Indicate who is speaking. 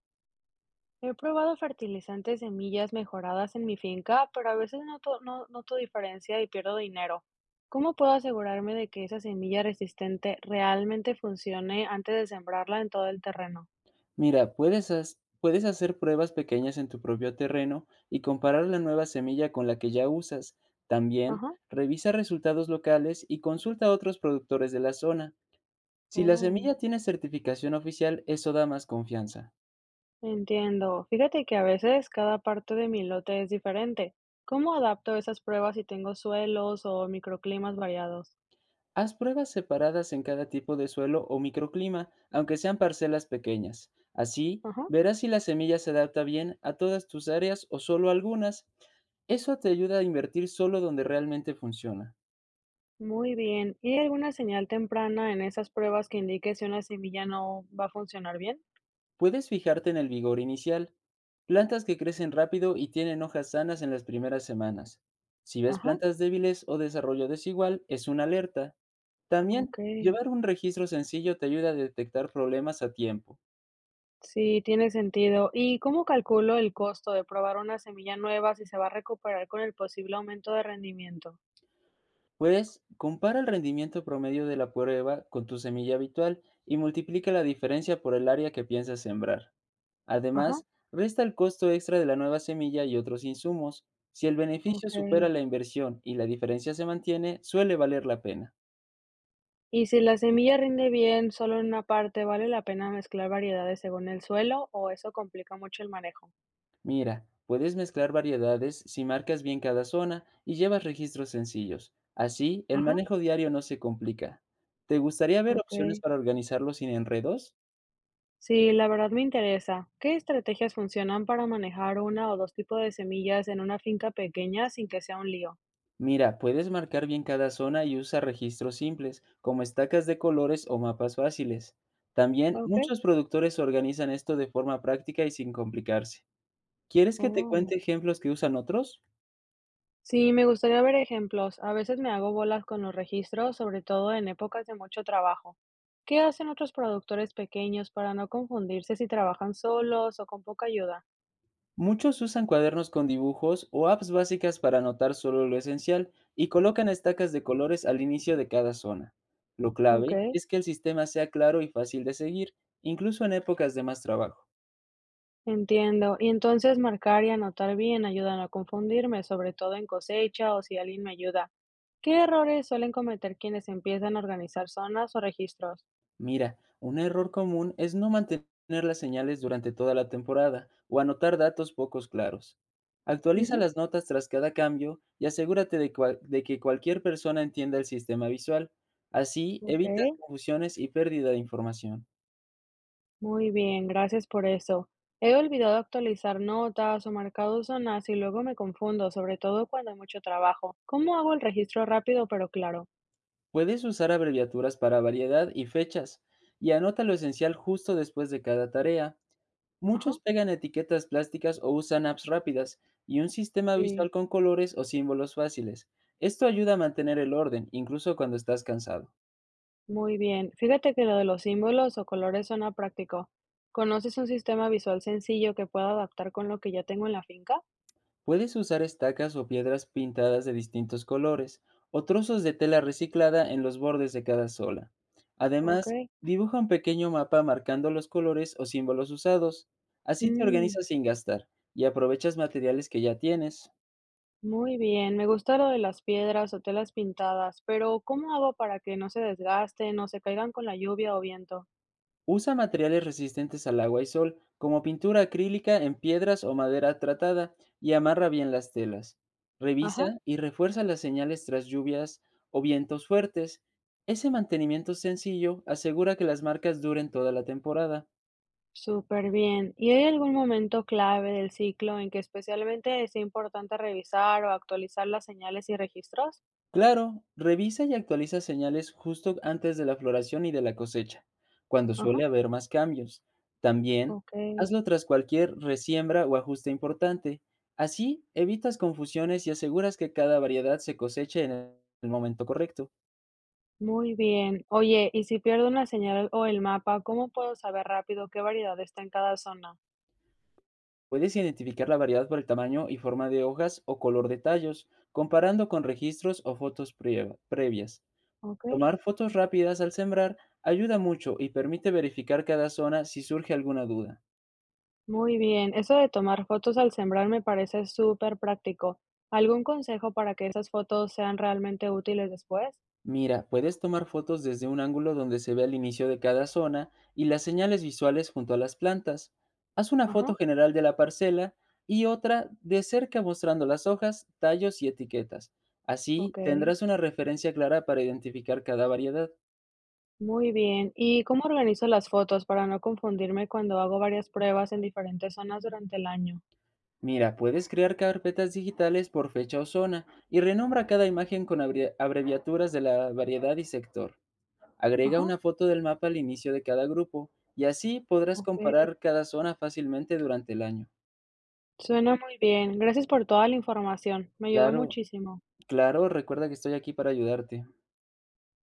Speaker 1: He probado fertilizantes semillas mejoradas en mi finca, pero a veces noto, no noto diferencia y pierdo dinero. ¿Cómo puedo asegurarme de que esa semilla resistente realmente funcione antes de sembrarla en todo el terreno?
Speaker 2: Mira, puedes hacer pruebas pequeñas en tu propio terreno y comparar la nueva semilla con la que ya usas. También
Speaker 1: Ajá.
Speaker 2: revisa resultados locales y consulta a otros productores de la zona. Si la
Speaker 1: Oh,
Speaker 2: semilla tiene certificación oficial, eso da más confianza.
Speaker 1: entiendo. Fíjate que a veces cada parte de mi lote es diferente. ¿Cómo adapto esas pruebas si tengo suelos o microclimas variados?
Speaker 2: Haz pruebas separadas en cada tipo de suelo o microclima, aunque sean parcelas pequeñas. Así,
Speaker 1: Ajá.
Speaker 2: verás si la semilla se adapta bien a todas tus áreas o solo algunas. Eso te ayuda a invertir solo donde realmente funciona.
Speaker 1: Muy bien. ¿Y hay alguna señal temprana en esas pruebas que indique si una semilla no va a funcionar bien?
Speaker 2: Puedes fijarte en el vigor inicial, plantas que crecen rápido y tienen hojas sanas en las primeras semanas. Si ves
Speaker 1: Ajá.
Speaker 2: plantas débiles o desarrollo desigual, es una alerta. También,
Speaker 1: Okey,
Speaker 2: llevar un registro sencillo te ayuda a detectar problemas a tiempo.
Speaker 1: sí, tiene sentido. ¿Y cómo calculo el costo de probar una semilla nueva si se va a recuperar con el posible aumento de rendimiento?
Speaker 2: Pues, compara el rendimiento promedio de la prueba con tu semilla habitual y multiplica la diferencia por el área que piensas sembrar.
Speaker 1: Ajá,
Speaker 2: Además, resta el costo extra de la nueva semilla y otros insumos. Si el beneficio supera
Speaker 1: okey.
Speaker 2: la inversión y la diferencia se mantiene, suele valer la pena.
Speaker 1: Y si la semilla rinde bien solo en una parte, ¿vale la pena mezclar variedades según el suelo o eso complica mucho el manejo?
Speaker 2: Mira, puedes mezclar variedades si marcas bien cada zona y llevas registros sencillos. Así, el
Speaker 1: Ajá,
Speaker 2: manejo diario no se complica. ¿Te gustaría ver opciones
Speaker 1: okey,
Speaker 2: para organizarlo sin enredos?
Speaker 1: sí, la verdad me interesa. ¿Qué estrategias funcionan para manejar una o dos tipos de semillas en una finca pequeña sin que sea un lío?
Speaker 2: Mira, puedes marcar bien cada zona y usa registros simples, como estacas de colores o mapas fáciles. También
Speaker 1: Okey,
Speaker 2: muchos productores organizan esto de forma práctica y sin complicarse. ¿Quieres que te
Speaker 1: oh.
Speaker 2: cuente ejemplos que usan otros?
Speaker 1: Sí, me gustaría ver ejemplos. A veces me hago bolas con los registros, sobre todo en épocas de mucho trabajo. ¿Qué hacen otros productores pequeños para no confundirse si trabajan solos o con poca ayuda?
Speaker 2: Muchos usan cuadernos con dibujos o apps básicas para anotar solo lo esencial y colocan estacas de colores al inicio de cada zona. Lo
Speaker 1: Ok,
Speaker 2: clave es que el sistema sea claro y fácil de seguir, incluso en épocas de más trabajo.
Speaker 1: entiendo. Y entonces marcar y anotar bien ayuda a no confundirme, sobre todo en cosecha o si alguien me ayuda. ¿Qué errores suelen cometer quienes empiezan a organizar zonas o registros?
Speaker 2: Mira, un error común es no mantener las señales durante toda la temporada o anotar datos pocos claros. Actualiza
Speaker 1: Ujú.
Speaker 2: las notas tras cada cambio y asegúrate de que cualquier persona entienda el sistema visual. Así
Speaker 1: Ok.
Speaker 2: evitas confusiones y pérdida de información.
Speaker 1: Muy bien, gracias por eso. He olvidado actualizar notas o marcados zonas y luego me confundo, sobre todo cuando hay mucho trabajo. ¿Cómo hago el registro rápido pero claro?
Speaker 2: Puedes usar abreviaturas para variedad y fechas y anota lo esencial justo después de cada tarea.
Speaker 1: Ajá,
Speaker 2: Muchos pegan etiquetas plásticas o usan apps rápidas y un sistema
Speaker 1: sí,
Speaker 2: visual con colores o símbolos fáciles. Esto ayuda a mantener el orden, incluso cuando estás cansado.
Speaker 1: muy bien. Fíjate que lo de los símbolos o colores suena práctico. ¿Conoces un sistema visual sencillo que pueda adaptar con lo que ya tengo en la finca?
Speaker 2: Puedes usar estacas o piedras pintadas de distintos colores o trozos de tela reciclada en los bordes de cada sola.
Speaker 1: Ok.
Speaker 2: Además, dibuja un pequeño mapa marcando los colores o símbolos usados. Así te
Speaker 1: Mm,
Speaker 2: organizas sin gastar y aprovechas materiales que ya tienes.
Speaker 1: muy bien, me gusta lo de las piedras o telas pintadas, pero ¿cómo hago para que no se desgasten o se caigan con la lluvia o viento?
Speaker 2: Usa materiales resistentes al agua y sol, como pintura acrílica en piedras o madera tratada, y amarra bien las telas.
Speaker 1: Ajá.
Speaker 2: Revisa y refuerza las señales tras lluvias o vientos fuertes. Ese mantenimiento sencillo asegura que las marcas duren toda la temporada.
Speaker 1: Súper bien. ¿Y hay algún momento clave del ciclo en que especialmente sea importante revisar o actualizar las señales y registros?
Speaker 2: Claro, revisa y actualiza señales justo antes de la floración y de la cosecha, cuando
Speaker 1: Ajá,
Speaker 2: suele haber más cambios. También,
Speaker 1: ok,
Speaker 2: hazlo tras cualquier resiembra o ajuste importante. Así evitas confusiones y aseguras que cada variedad se coseche en el momento correcto.
Speaker 1: muy bien. Oye, ¿y si pierdo una señal o el mapa, cómo puedo saber rápido qué variedad está en cada zona?
Speaker 2: Puedes identificar la variedad por el tamaño y forma de hojas o color de tallos, comparando con registros o fotos previas.
Speaker 1: Ok,
Speaker 2: Tomar fotos rápidas al sembrar ayuda mucho y permite verificar cada zona si surge alguna duda.
Speaker 1: muy bien. Eso de tomar fotos al sembrar me parece súper práctico. ¿Algún consejo para que esas fotos sean realmente útiles después?
Speaker 2: Mira, puedes tomar fotos desde un ángulo donde se vea el inicio de cada zona y las señales visuales junto a las plantas. Haz una
Speaker 1: Ajá,
Speaker 2: foto general de la parcela y otra de cerca mostrando las hojas, tallos y etiquetas.
Speaker 1: ok.
Speaker 2: Así tendrás una referencia clara para identificar cada variedad.
Speaker 1: Muy bien. ¿Y cómo organizo las fotos para no confundirme cuando hago varias pruebas en diferentes zonas durante el año?
Speaker 2: Mira, puedes crear carpetas digitales por fecha o zona y renombra cada imagen con abreviaturas de la variedad y sector. Agrega
Speaker 1: Ajá,
Speaker 2: una foto del mapa al inicio de cada grupo y así podrás
Speaker 1: ok.
Speaker 2: comparar cada zona fácilmente durante el año.
Speaker 1: Suena muy bien. Gracias por toda la información. Me ayudó
Speaker 2: Claro,
Speaker 1: muchísimo.
Speaker 2: claro, recuerda que estoy aquí para ayudarte.